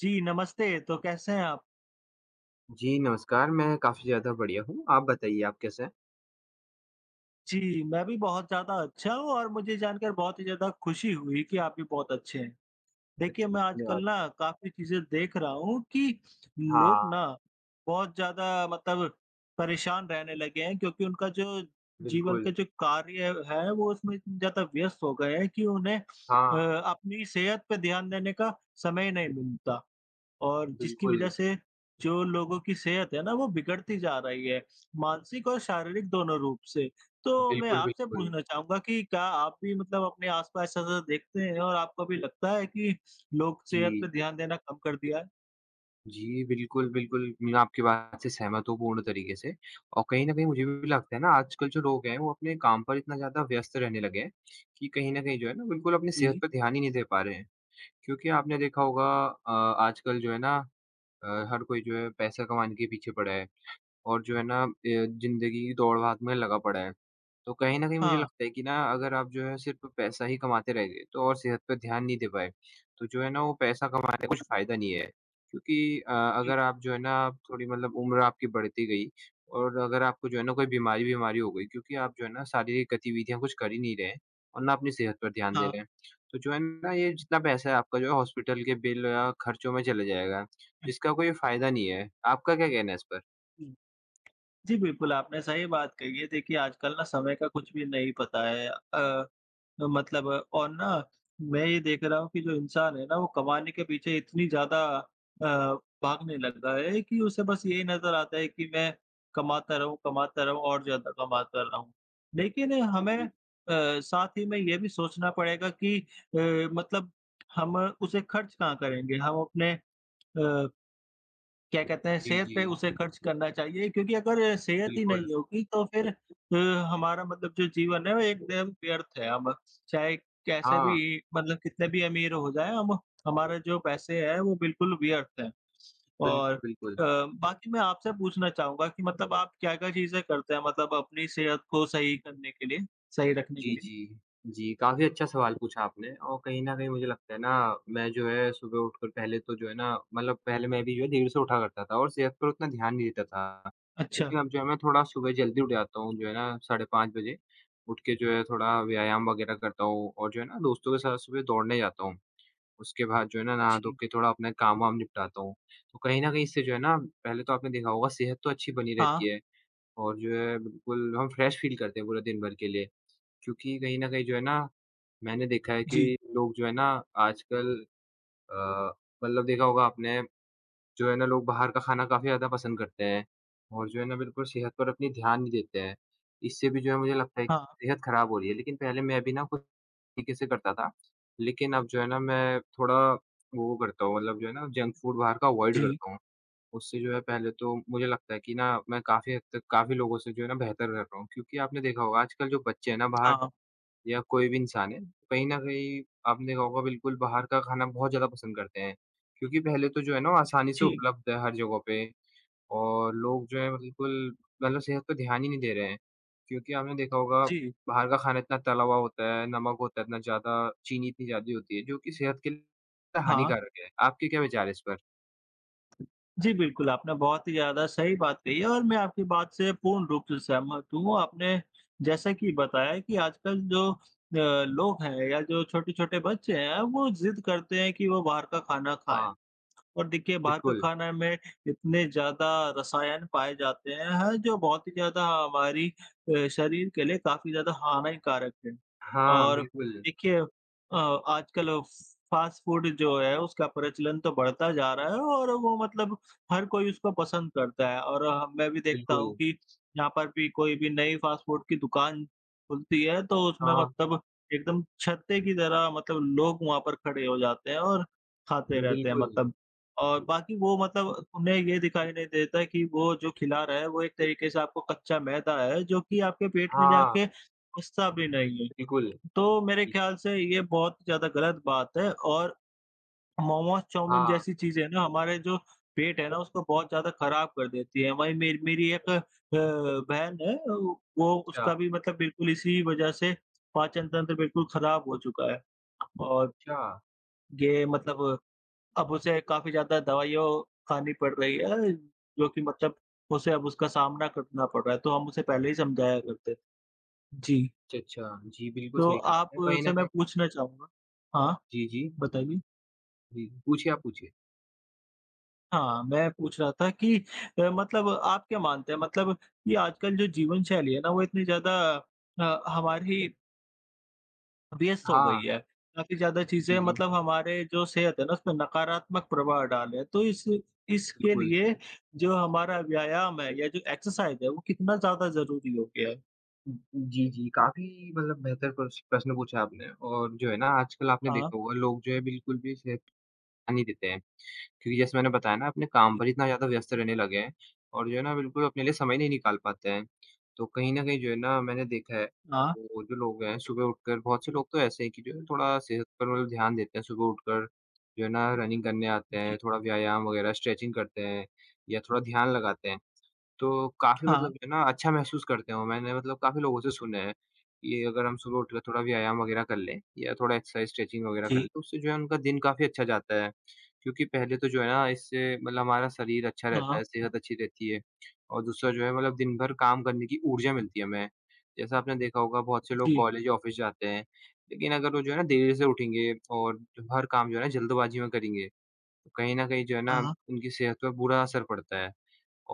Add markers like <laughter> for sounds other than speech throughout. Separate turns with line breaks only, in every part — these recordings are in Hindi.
जी, नमस्ते। तो कैसे हैं आप?
जी, नमस्कार, मैं काफ़ी ज़्यादा बढ़िया हूँ। आप बताइए, आप कैसे हैं?
जी, मैं भी बहुत ज़्यादा अच्छा हूँ और मुझे जानकर बहुत ही ज़्यादा खुशी हुई कि आप भी बहुत अच्छे हैं। देखिए,
अच्छा,
मैं आजकल
धन्यवाद।
ना काफ़ी चीज़ें देख रहा हूँ कि लोग
हाँ,
ना बहुत ज़्यादा मतलब परेशान रहने लगे हैं क्योंकि उनका जो जीवन का
बिल्कुल।
जो कार्य है, वो उसमें इतने ज़्यादा व्यस्त हो गए हैं कि उन्हें
हाँ,
अपनी सेहत पे ध्यान देने का समय नहीं मिलता। और जिसकी वजह
बिल्कुल,
से जो लोगों की सेहत है ना वो बिगड़ती जा रही है, मानसिक और शारीरिक दोनों रूप से। तो मैं
बिल्कुल,
आपसे
बिल्कुल।
पूछना चाहूँगा कि क्या आप भी मतलब अपने आस-पास ऐसा-ऐसा देखते हैं और आपको भी लगता है कि लोग सेहत पे
जी,
ध्यान देना कम कर दिया है?
जी, बिल्कुल, बिल्कुल, मैं आपकी बात से सहमत हूँ पूर्ण तरीके से और कहीं न कहीं मुझे भी लगता है ना, आजकल जो लोग हैं, वो अपने काम पर इतना ज़्यादा व्यस्त रहने लगे हैं कि कहीं न कहीं जो है ना, बिल्कुल अपनी सेहत
जी।
पर ध्यान ही नहीं दे पा रहे हैं। क्योंकि आपने देखा होगा आजकल जो है ना हर कोई जो है पैसा कमाने के पीछे पड़ा है। और जो है ना ज़िंदगी की दौड़-भाग में लगा पड़ा है। तो कहीं न कहीं मुझे
हाँ,
लगता है कि ना अगर आप जो है सिर्फ़ पैसा ही कमाते रह गए तो और सेहत पे ध्यान नहीं दे पाए, तो जो है ना वो पैसा कमाने का कुछ फ़ायदा नहीं है। क्योंकि
जी,
अगर आप जो है ना आप थोड़ी मतलब उम्र आपकी बढ़ती गई और अगर आपको जो है ना कोई बीमारी-बीमारी हो गई क्योंकि आप जो है ना शारीरिक गतिविधियाँ कुछ कर ही नहीं रहे हैं और ना अपनी सेहत पर ध्यान दे
हाँ।
रहे हैं। तो जो है ना ये जितना पैसा है आपका जो है हॉस्पिटल के बिल या खर्चों में चले जाएगा, जिसका कोई फ़ायदा नहीं है। आपका क्या कहना है इस
हुँ। जी, बिल्कुल, आपने सही बात कही है। देखिए, आजकल ना समय का कुछ भी नहीं पता है। अ, मतलब और ना मैं ये देख रहा हूँ कि जो इंसान है ना, वो कमाने के पीछे इतनी ज़्यादा भागने लग रहा है कि उसे बस यही नज़र आता है कि मैं कमाता रहूँ और ज़्यादा कमाता रहूँ। लेकिन हमें
पर?
साथ ही में ये भी सोचना पड़ेगा कि मतलब हम उसे खर्च कहाँ करेंगे? हम अपने अ क्या कहते हैं,
जी,
सेहत
जी।
पे उसे खर्च करना चाहिए क्योंकि अगर सेहत ही
बिल्कुल।
नहीं होगी तो फिर हमारा मतलब जो जीवन है वो एकदम व्यर्थ है। हम चाहे कैसे भी
हाँ,
मतलब कितने भी अमीर हो जाएँ हम हमारा जो पैसे हैं वो बिल्कुल व्यर्थ हैं। और
बिल्कुल, बिल्कुल।
बाकी मैं आपसे पूछना चाहूँगा कि मतलब आप क्या-क्या चीज़ें करते हैं मतलब अपनी सेहत को सही करने के लिए, सही रखने के
जी,
लिए?
जी। जी, काफ़ी अच्छा सवाल पूछा आपने और कहीं न कहीं मुझे लगता है ना, मैं जो है सुबह उठकर पहले तो जो है ना मतलब पहले मैं भी जो है देर से उठा करता था और सेहत पर उतना ध्यान नहीं देता था।
अच्छा,
लेकिन अब जो है मैं थोड़ा सुबह जल्दी उठ जाता हूँ, जो है ना साढ़े 5 बजे, उठ के जो है थोड़ा व्यायाम वगैरह करता हूँ और जो है ना दोस्तों के साथ सुबह दौड़ने जाता हूँ। उसके बाद जो है ना नहा-धो
जी।
के थोड़ा अपना काम-वाम निपटाता हूँ। तो कहीं न कहीं इससे जो है ना, पहले तो आपने देखा होगा सेहत तो अच्छी बनी
हाँ,
रहती है। और जो है बिल्कुल हम फ्रेश फ़ील करते हैं पूरे दिन भर के लिए। क्योंकि कहीं न कहीं जो है ना, मैंने देखा है कि
जी।
लोग जो है ना आजकल अ, मतलब देखा होगा आपने जो है ना लोग बाहर का खाना काफ़ी ज़्यादा पसंद करते हैं और जो है ना बिल्कुल सेहत पर अपनी ध्यान नहीं देते हैं। इससे भी जो है मुझे लगता है कि
हाँ,
सेहत ख़राब हो रही है। लेकिन पहले मैं भी ना कुछ तरीके से करता था, लेकिन अब जो है ना मैं थोड़ा वो करता हूँ मतलब जो है ना जंक फूड बाहर का अवॉइड
जी।
करता हूँ। उससे जो है पहले तो मुझे लगता है कि ना मैं काफ़ी हद तक काफ़ी लोगों से जो है ना बेहतर रह रहा हूँ। क्योंकि आपने देखा होगा आजकल जो बच्चे हैं ना बाहर
हाँ,
या कोई भी इंसान है, कहीं न कहीं आपने देखा होगा बिल्कुल बाहर का खाना बहुत ज़्यादा पसंद करते हैं। क्योंकि पहले तो जो है ना वो आसानी से
जी,
उपलब्ध है हर जगह पे और लोग जो है बिल्कुल मतलब सेहत पे ध्यान ही नहीं दे रहे हैं। क्योंकि आपने देखा होगा
जी।
बाहर का खाना इतना तला हुआ होता है, नमक होता है इतना ज़्यादा, चीनी इतनी ज़्यादा होती है जो कि सेहत के लिए
हाँ।
हानिकारक है। आपके क्या विचार है इस पर?
जी, बिल्कुल, आपने बहुत ही ज़्यादा सही बात कही है और मैं आपकी बात से पूर्ण रूप से सहमत हूँ। आपने जैसा कि बताया कि आजकल जो लोग हैं या जो छोटे-छोटे बच्चे हैं, वो ज़िद करते हैं कि वो बाहर का खाना खाएँ।
हाँ,
और देखिए बाहर का
बिल्कुल।
खाना में इतने ज़्यादा रसायन पाए जाते हैं हाँ, जो बहुत ही ज़्यादा हमारी शरीर के लिए काफ़ी ज़्यादा हानिकारक है।
हाँ,
और
बिल्कुल,
देखिए आजकल फ़ास्ट फ़ूड जो है उसका प्रचलन तो बढ़ता जा रहा है और वो मतलब हर कोई उसको पसंद करता है और मैं भी देखता हूँ
बिल्कुल।
कि यहाँ पर भी कोई भी नई फ़ास्ट फ़ूड की दुकान खुलती है तो उसमें
हाँ,
मतलब एकदम छत्ते की तरह मतलब लोग वहाँ पर खड़े हो जाते हैं और खाते रहते हैं
बिल्कुल।
मतलब और बाकी वो मतलब उन्हें ये दिखाई नहीं देता कि वो जो खिला रहा है वो एक तरीके से आपको कच्चा मैदा है जो कि आपके पेट में
हाँ,
जाके घुसता भी नहीं है।
बिल्कुल,
तो मेरे
ठीक।
ख्याल से ये बहुत ज़्यादा गलत बात है और मोमोज़, चाउमीन
हाँ,
जैसी चीज़ें ना हमारे जो पेट है ना उसको बहुत ज़्यादा ख़राब कर देती है। वहीं मेरी मेरी एक बहन है वो
अच्छा,
उसका भी मतलब बिल्कुल इसी वज़ह से पाचन तंत्र बिल्कुल ख़राब हो चुका है और
अच्छा,
ये मतलब अब उसे काफ़ी ज़्यादा दवाइयों खानी पड़ रही है, जो कि मतलब उसे अब उसका सामना करना पड़ रहा है, तो हम उसे पहले ही समझाया करते थे। जी।
अच्छा, अच्छा। जी, बिल्कुल
तो
सही कहा आपने। कहीं न
आपसे मैं
कहीं
पूछना चाहूँगा हाँ,
जी, जी,
बताइए?
जी। पूछिए, आप पूछिए।
हाँ, मैं पूछ रहा था कि मतलब आप क्या मानते हैं मतलब ये आजकल जो जीवन शैली है ना, वो इतनी ज़्यादा हमारी व्यस्त हो गई
हाँ,
है। काफ़ी ज़्यादा चीज़ें
जी, जी,
मतलब हमारे जो सेहत है ना उसपे नकारात्मक प्रभाव डाल रहे हैं। तो इस इसके
बिल्कुल।
लिए जो हमारा व्यायाम है या जो एक्सरसाइज़ है वो कितना ज़्यादा ज़रूरी हो गया है?
जी, जी, काफ़ी मतलब बेहतर प्रश्न पूछा आपने और जो है ना आजकल आपने
हाँ,
देखा होगा लोग जो है बिल्कुल भी सेहत ध्यान नहीं देते हैं। क्योंकि जैसे मैंने बताया ना अपने काम
जी।
पर इतना ज़्यादा व्यस्त रहने लगे हैं और जो है ना बिल्कुल अपने लिए समय नहीं निकाल पाते हैं। तो कहीं न कहीं जो है ना मैंने देखा है,
हाँ,
वो जो लोग हैं सुबह उठकर बहुत से लोग तो ऐसे हैं कि जो है थोड़ा सेहत पर मतलब ध्यान देते हैं, सुबह उठकर जो है ना रनिंग करने आते
जी।
हैं, थोड़ा व्यायाम वगैरह स्ट्रेचिंग करते हैं या थोड़ा ध्यान लगाते हैं। तो काफ़ी
हाँ,
मतलब जो है ना अच्छा महसूस करते हो। मैंने मतलब काफ़ी लोगों से सुना है कि अगर हम सुबह उठकर थोड़ा व्यायाम वग़ैरह कर लें या थोड़ा एक्सरसाइज़, स्ट्रेचिंग वग़ैरह कर
जी।
लें, तो उससे जो है उनका दिन काफ़ी अच्छा जाता है। क्योंकि पहले तो जो है ना इससे मतलब हमारा शरीर अच्छा
हाँ,
रहता है, सेहत अच्छी रहती है और दूसरा जो है मतलब दिन भर काम करने की ऊर्जा मिलती है हमें। जैसा आपने देखा होगा बहुत से लोग
जी।
कॉलेज या ऑफ़िस जाते हैं, लेकिन अगर वो जो है ना देर से उठेंगे और हर काम जो है ना जल्दबाजी में करेंगे, तो कहीं न कहीं जो है ना
हाँ,
उनकी सेहत पर बुरा असर पड़ता है।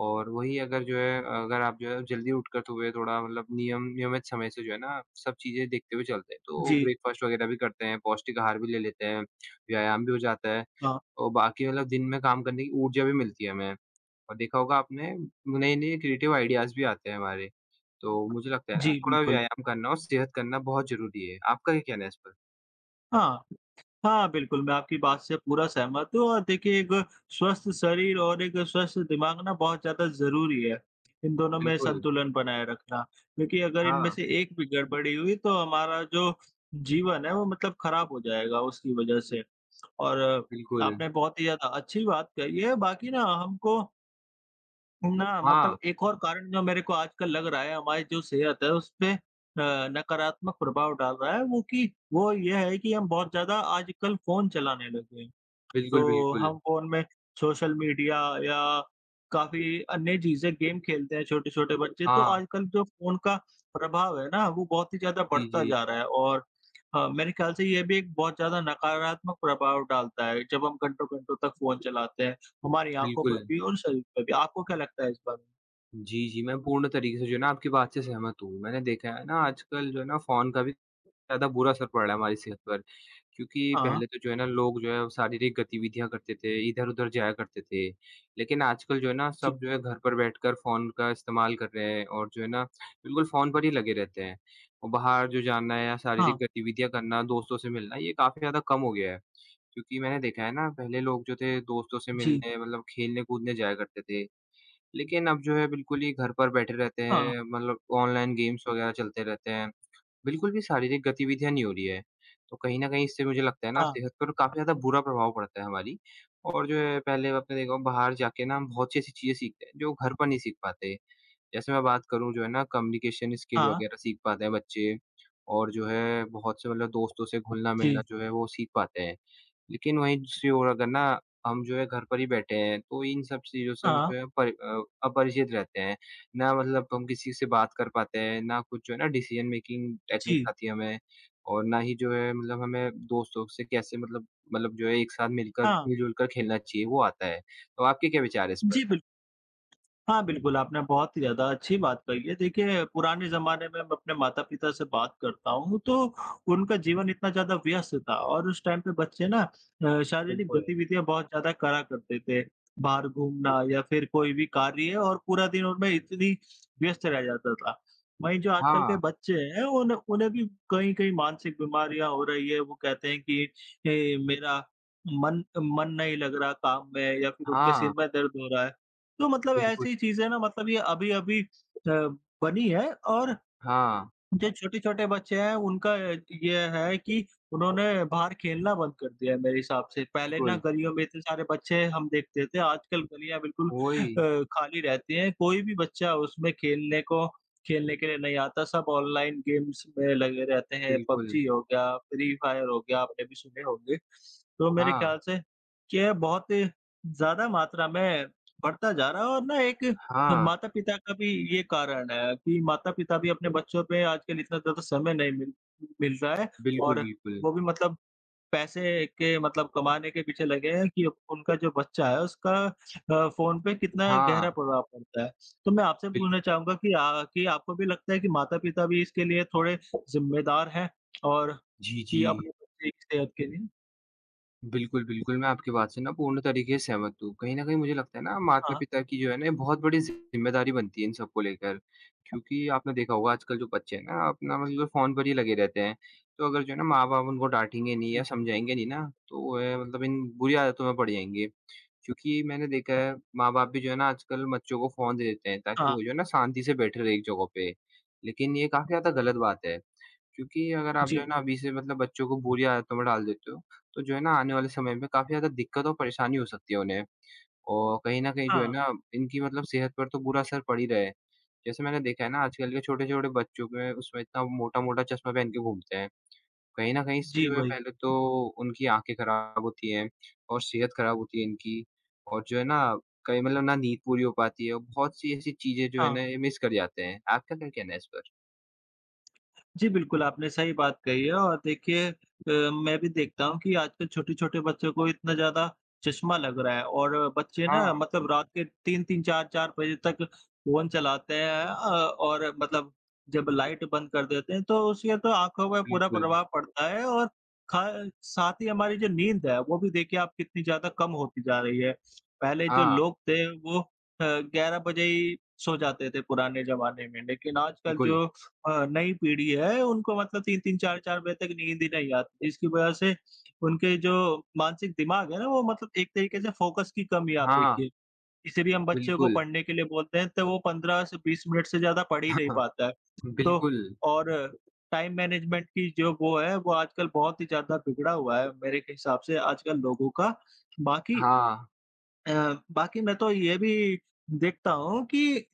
और वही अगर जो है अगर आप जो है जल्दी उठकर सुबह थोड़ा मतलब नियमित समय से जो है ना सब चीज़ें देखते हुए चलते हैं, तो
जी।
ब्रेकफ़ास्ट वगैरह भी करते हैं, पौष्टिक आहार भी ले लेते हैं, व्यायाम भी हो जाता है
हाँ,
और बाकी मतलब दिन में काम करने की ऊर्जा भी मिलती है हमें। और देखा होगा आपने नए-नए क्रिएटिव आइडियाज़ भी आते हैं हमारे। तो मुझे लगता है
जी
ना थोड़ा
बिल्कुल।
व्यायाम करना और सेहत करना बहुत ज़रूरी है। आपका क्या कहना है इस पर?
हाँ। हाँ, बिल्कुल, मैं आपकी बात से पूरा सहमत हूँ और देखिए एक स्वस्थ शरीर और एक स्वस्थ दिमाग ना बहुत ज़्यादा ज़रूरी है। इन दोनों में
बिल्कुल।
संतुलन बनाए रखना, क्योंकि अगर इनमें
हाँ,
से एक भी गड़बड़ी हुई तो हमारा जो जीवन है वो मतलब खराब हो जाएगा उसकी वज़ह से और
बिल्कुल।
आपने बहुत ही ज़्यादा अच्छी बात कही है। बाकी ना हमको ना,
हाँ,
मतलब एक और कारण जो मेरे को आजकल लग रहा है, हमारी जो सेहत है उसपे नकारात्मक प्रभाव डाल रहा है, वो कि वो ये है कि हम बहुत ज़्यादा आजकल फ़ोन चलाने लगे हैं।
बिल्कुल,
तो
बिल्कुल।
हम फ़ोन में सोशल मीडिया या काफ़ी अन्य चीज़ें गेम खेलते हैं छोटे-छोटे बच्चे, तो
हाँ।
आजकल जो फ़ोन का प्रभाव है ना वो बहुत ही ज़्यादा
जी,
बढ़ता
जी।
जा रहा है और मेरे ख़्याल से ये भी एक बहुत ज़्यादा नकारात्मक प्रभाव डालता है, जब हम घंटों-घंटों तक फ़ोन चलाते हैं, हमारी आँखों
बिल्कुल।
पर भी और शरीर पर भी। आपको क्या लगता है इस बारे में?
जी, जी, मैं पूर्ण तरीके से जो है ना आपकी बात से सहमत हूँ। मैंने देखा है ना आजकल जो है ना फ़ोन का भी ज़्यादा बुरा असर पड़ रहा है हमारी सेहत पर। क्योंकि
हाँ,
पहले तो जो है ना लोग जो है वो शारीरिक गतिविधियाँ करते थे, इधर-उधर जाया करते थे। लेकिन आजकल जो है ना
जी,
सब जो है घर पर बैठकर फ़ोन का इस्तेमाल कर रहे हैं और जो है ना बिल्कुल फ़ोन पर ही लगे रहते हैं। और बाहर जो जाना है या शारीरिक
हाँ,
गतिविधियाँ करना, दोस्तों से मिलना ये काफ़ी ज़्यादा कम हो गया है। क्योंकि मैंने देखा है ना पहले लोग जो थे दोस्तों से
जी,
मिलने मतलब खेलने-कूदने जाया करते थे। लेकिन अब जो है बिल्कुल ही घर पर बैठे रहते
हाँ,
हैं, मतलब ऑनलाइन गेम्स वगैरह चलते रहते हैं। बिल्कुल भी शारीरिक गतिविधियाँ नहीं हो रही है। तो कहीं न कहीं इससे मुझे लगता है ना
हाँ,
सेहत पर काफ़ी ज़्यादा बुरा प्रभाव पड़ता है हमारी और जो है पहले आपने देखा हो बाहर जाके ना हम बहुत सी ऐसी चीज़ें सीखते हैं जो घर पर नहीं सीख पाते। जैसे मैं बात करूँ जो है ना कम्युनिकेशन स्किल
हाँ,
वगैरह सीख पाते हैं बच्चे और जो है बहुत से मतलब दोस्तों से घुलना-मिलना
जी,
जो है वो सीख पाते हैं। लेकिन वहीं दूसरी ओर अगर ना हम जो है घर पर ही बैठे हैं तो इन सब चीज़ों से
हाँ,
जो है अपरिचित रहते हैं। ना मतलब हम किसी से बात कर पाते हैं, ना कुछ जो है ना डिसीजन मेकिंग टेक्निक
जी,
आती है हमें और ना ही जो है मतलब हमें दोस्तों से कैसे मतलब मतलब जो है एक साथ मिलकर
हाँ,
मिलजुल कर खेलना चाहिए वो आता है। तो आपके क्या विचार है इस पर?
जी बिल्कुल। हाँ, बिल्कुल, आपने बहुत ही ज़्यादा अच्छी बात कही है। देखिए, पुराने ज़माने में मैं अपने माता-पिता से बात करता हूँ, तो उनका जीवन इतना ज़्यादा व्यस्त था और उस टाइम पे बच्चे ना शारीरिक
बिल्कुल।
गतिविधियाँ बहुत ज़्यादा करा करते थे। बाहर घूमना या फिर कोई भी कार्य और पूरा दिन उनमें इतनी व्यस्त रह जाता था। वहीं जो आजकल के
हाँ,
बच्चे हैं, उन उन्हें भी कहीं-कहीं मानसिक बीमारियाँ हो रही है। वो कहते हैं कि मेरा मन मन नहीं लग रहा काम में या फिर उनके सिर
हाँ।
में दर्द हो रहा है। तो मतलब
बिल्कुल,
ऐसी चीज़ें ना मतलब ये अभी-अभी अ, बनी है और
हाँ,
जो छोटे-छोटे बच्चे हैं उनका ये है कि उन्होंने बाहर खेलना बंद कर दिया है मेरे हिसाब से। पहले ना
बिल्कुल,
गलियों में इतने सारे बच्चे हम देखते थे, आजकल गलियाँ बिल्कुल
वही,
खाली रहती हैं। कोई भी बच्चा उसमें खेलने को खेलने के लिए नहीं आता, सब ऑनलाइन गेम्स में लगे रहते हैं।
बिल्कुल,
पबजी हो गया, फ्री फायर हो गया, आपने भी सुने होंगे। तो मेरे
हाँ,
ख़्याल से ये बहुत ज़्यादा मात्रा में बढ़ता जा रहा है और ना एक
हाँ,
माता पिता का भी ये कारण है कि माता पिता भी अपने बच्चों पे आजकल इतना ज़्यादा समय नहीं मिल मिल रहा है
बिल्कुल,
और
बिल्कुल,
वो भी मतलब पैसे के मतलब कमाने के पीछे लगे हैं कि उनका जो बच्चा है उसका फ़ोन पे कितना
हाँ,
गहरा प्रभाव पड़ता है। तो मैं आपसे
बिल
पूछना चाहूँगा कि आ कि आपको भी लगता है कि माता-पिता भी इसके लिए थोड़े ज़िम्मेदार हैं और
जी, जी।
कि अपने बच्चे की सेहत के लिए
बिल्कुल, बिल्कुल, मैं आपकी बात से ना पूर्ण तरीके से सहमत हूँ। कहीं न कहीं मुझे लगता है ना
हाँ,
माता-पिता की जो है ना ये बहुत बड़ी ज़िम्मेदारी बनती है इन सबको लेकर। क्योंकि आपने देखा होगा आजकल जो बच्चे हैं ना अपना मतलब फ़ोन पर ही लगे रहते हैं। तो अगर जो है ना माँ-बाप उनको डाँटेंगे नहीं या
जी।
समझाएँगे नहीं ना तो वो है मतलब इन बुरी आदतों में पड़ जाएँगे। क्योंकि मैंने देखा है माँ-बाप भी जो है ना आजकल बच्चों को फ़ोन दे देते हैं ताकि
हाँ,
वो जो है ना शांति से बैठे रहे एक जगह पे। लेकिन ये काफ़ी ज़्यादा गलत बात है। क्योंकि अगर आप जो है
जी।
ना अभी से मतलब बच्चों को बुरी आदतों में डाल देते हो तो जो है ना आने वाले समय में काफ़ी ज़्यादा दिक्कत और परेशानी हो सकती है उन्हें। और कहीं न कहीं जो है
हाँ,
ना इनकी मतलब सेहत पर तो बुरा असर पड़ ही रहा है। जैसे मैंने देखा है ना आजकल के छोटे-छोटे बच्चों में उसमें इतना मोटा-मोटा चश्मा पहन के घूमते हैं। कहीं न कहीं इससे
जी
जो है
वही।
पहले तो उनकी आँखें खराब होती हैं और सेहत खराब होती है इनकी। और जो है ना कई मतलब ना नींद पूरी हो पाती है और बहुत सी ऐसी चीज़ें जो है
हाँ।
ना ये मिस कर जाते हैं। आपका क्या कहना है इस पर?
जी, बिल्कुल, आपने सही बात कही है और देखिए मैं भी देखता हूँ कि आजकल छोटे-छोटे बच्चों को इतना ज़्यादा चश्मा लग रहा है और बच्चे
हाँ,
ना मतलब रात के 3-3 4-4 बजे तक फ़ोन चलाते हैं और मतलब जब लाइट बंद कर देते हैं, तो उससे तो आँखों पे पूरा
बिल्कुल।
प्रभाव पड़ता है और खा साथ ही हमारी जो नींद है, वो भी देखिए आप कितनी ज़्यादा कम होती जा रही है। पहले जो
हाँ,
लोग थे, वो अ, 11 बजे ही सो जाते थे पुराने ज़माने में, लेकिन आजकल
बिल्कुल।
जो हाँ, नई पीढ़ी है उनको मतलब 3-3 4-4 बजे तक नींद ही नहीं आती, जिसकी वजह से उनके जो मानसिक दिमाग है ना वो मतलब एक तरीके से फोकस की कमी आप
हाँ,
देखिए। इसीलिए हम बच्चे को
बिल्कुल।
पढ़ने के लिए बोलते हैं तो वो 15 से 20 मिनट से ज़्यादा पढ़ ही नहीं
<laughs>
पाता है। तो
बिल्कुल।
और टाइम मैनेजमेंट की जो वो है वो आजकल बहुत ही ज़्यादा बिगड़ा हुआ है मेरे हिसाब से आजकल लोगों का। बाकी
हाँ।
अ, बाकी मैं तो ये भी देखता हूँ कि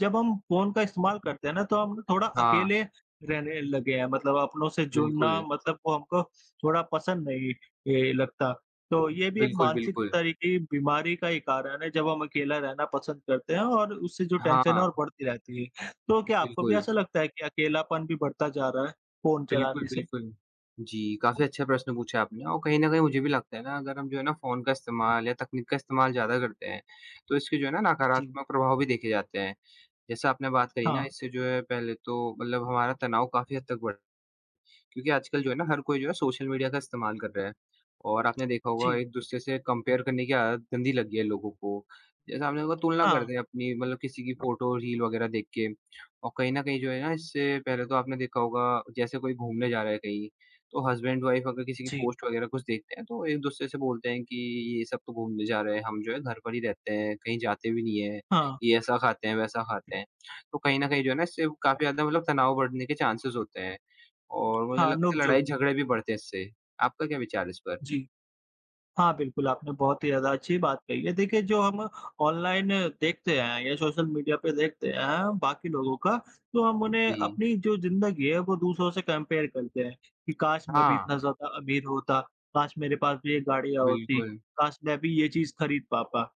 जब हम फ़ोन का इस्तेमाल करते हैं ना, तो हम थोड़ा
हाँ,
अकेले रहने लगे हैं, मतलब अपनों से जुड़ना
बिल्कुल।
मतलब वो हमको थोड़ा पसंद नहीं लगता। तो ये भी एक
बिल्कुल,
मानसिक
बिल्कुल।
तरीके की बीमारी का ही कारण है, जब हम अकेला रहना पसंद करते हैं और उससे जो टेंशन है
हाँ,
और बढ़ती रहती है। तो क्या आपको भी
बिल्कुल।
ऐसा लगता है कि अकेलापन भी बढ़ता जा रहा है फ़ोन
बिल्कुल,
चलाने से?
बिल्कुल। जी, काफ़ी अच्छा प्रश्न पूछा आपने और कहीं न कहीं मुझे भी लगता है ना अगर हम जो है ना फ़ोन का इस्तेमाल या तकनीक का इस्तेमाल ज़्यादा करते हैं, तो इसके जो है ना
जी।
नकारात्मक प्रभाव भी देखे जाते हैं। जैसे आपने बात करी
हाँ,
ना इससे जो है पहले तो मतलब हमारा तनाव काफ़ी हद तक बढ़ क्योंकि आजकल जो है ना हर कोई जो है सोशल मीडिया का इस्तेमाल कर रहा है और आपने देखा होगा
जी,
एक-दूसरे से कंपेयर करने की आदत गंदी लग गई है लोगों को। जैसे आपने देखा तुलना
हाँ,
करते हैं अपनी मतलब किसी की फ़ोटो, रील वगैरह देख के और कहीं न कहीं जो है ना इससे पहले तो आपने देखा होगा जैसे कोई घूमने जा रहा है कहीं, तो हस्बैंड-वाइफ अगर किसी की
जी,
पोस्ट वगैरह कुछ देखते हैं तो एक-दूसरे से बोलते हैं कि ये सब तो घूमने जा रहे हैं, हम जो है घर पर ही रहते हैं, कहीं जाते भी नहीं हैं,
हाँ,
ये ऐसा खाते हैं, वैसा खाते हैं। तो कहीं न कहीं जो है ना इससे काफ़ी ज़्यादा मतलब तनाव बढ़ने के चांसेज़ होते हैं। और मुझे
हाँ,
लगता है
नोक-झोंक।
लड़ाई झगड़े भी बढ़ते हैं इससे। आपका क्या विचार है इस पर?
जी। हाँ, बिल्कुल, आपने बहुत ही ज़्यादा अच्छी बात कही है। देखिए, जो हम ऑनलाइन देखते हैं या सोशल मीडिया पे देखते हैं बाकी लोगों का, तो हम उन्हें
जी।
अपनी जो ज़िंदगी है, वो दूसरों से कंपेयर करते हैं कि काश मैं भी
हाँ,
इतना ज़्यादा अमीर होता, काश मेरे पास भी ये गाड़ियाँ होती,
बिल्कुल।
काश मैं भी ये चीज़ खरीद पाता।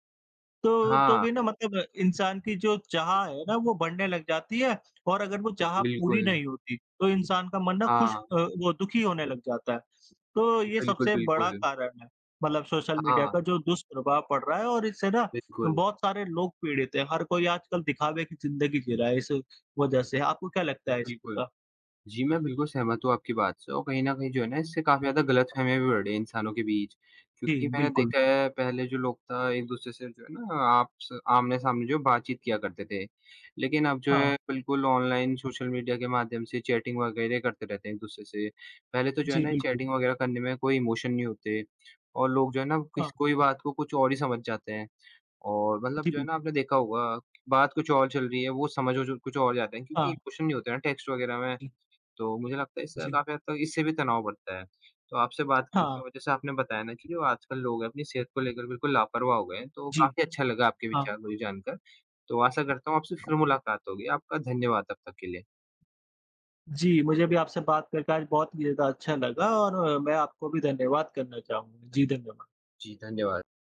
तो
हाँ,
भी ना मतलब इंसान की जो चाह है ना वो बढ़ने लग जाती है और अगर वो चाह पूरी
बिल्कुल।
नहीं होती तो इंसान का मन ना खुश
हाँ,
वो दुखी होने लग जाता है। तो ये
बिल्कुल,
सबसे बड़ा
बिल्कुल।
कारण है मतलब सोशल मीडिया
हाँ,
का जो दुष्प्रभाव पड़ रहा है और इससे ना
बिल्कुल।
बहुत सारे लोग पीड़ित हैं। हर कोई आजकल दिखावे की ज़िंदगी जी रहा है इस वजह से। आपको क्या लगता है
बिल्कुल।
इसका?
जी, मैं बिल्कुल सहमत हूँ आपकी बात से और कहीं न कहीं जो है ना इससे काफ़ी ज़्यादा गलतफ़हमियाँ भी बढ़ी हैं इंसानों के बीच।
जी,
क्योंकि मैंने
बिल्कुल।
देखा है पहले जो लोग था एक-दूसरे से जो है ना आपस आमने-सामने जो बातचीत किया करते थे। लेकिन अब जो है
हाँ।
बिल्कुल ऑनलाइन सोशल मीडिया के माध्यम से चैटिंग वगैरह करते रहते हैं एक-दूसरे से। पहले तो जो है
जी,
ना
बिल्कुल।
चैटिंग वगैरह करने में कोई इमोशन नहीं होते और लोग जो है ना
हाँ।
किस कोई बात को कुछ और ही समझ जाते हैं। और मतलब
जी,
जो है ना
बिल्कुल।
आपने देखा होगा बात कुछ और चल रही है वो समझ कुछ और जाते हैं क्योंकि
हाँ।
इमोशन नहीं होते हैं ना टेक्स्ट वगैरह में।
जी,
तो मुझे लगता है इससे
जी।
काफ़ी हद तक इससे भी तनाव बढ़ता है। तो आपसे बात करके
हाँ।
और जैसे आपने बताया ना कि जो आजकल लोग हैं अपनी सेहत को लेकर बिल्कुल लापरवाह हो गए हैं, तो
जी।
काफ़ी अच्छा लगा आपके
हाँ।
विचार मुझे जानकर। तो आशा करता हूँ आपसे फिर मुलाकात होगी। आपका धन्यवाद तब तक के लिए।
जी, मुझे भी आपसे बात करके आज बहुत ही ज़्यादा अच्छा लगा और मैं आपको भी धन्यवाद करना चाहूँगा। जी, धन्यवाद।
जी, धन्यवाद।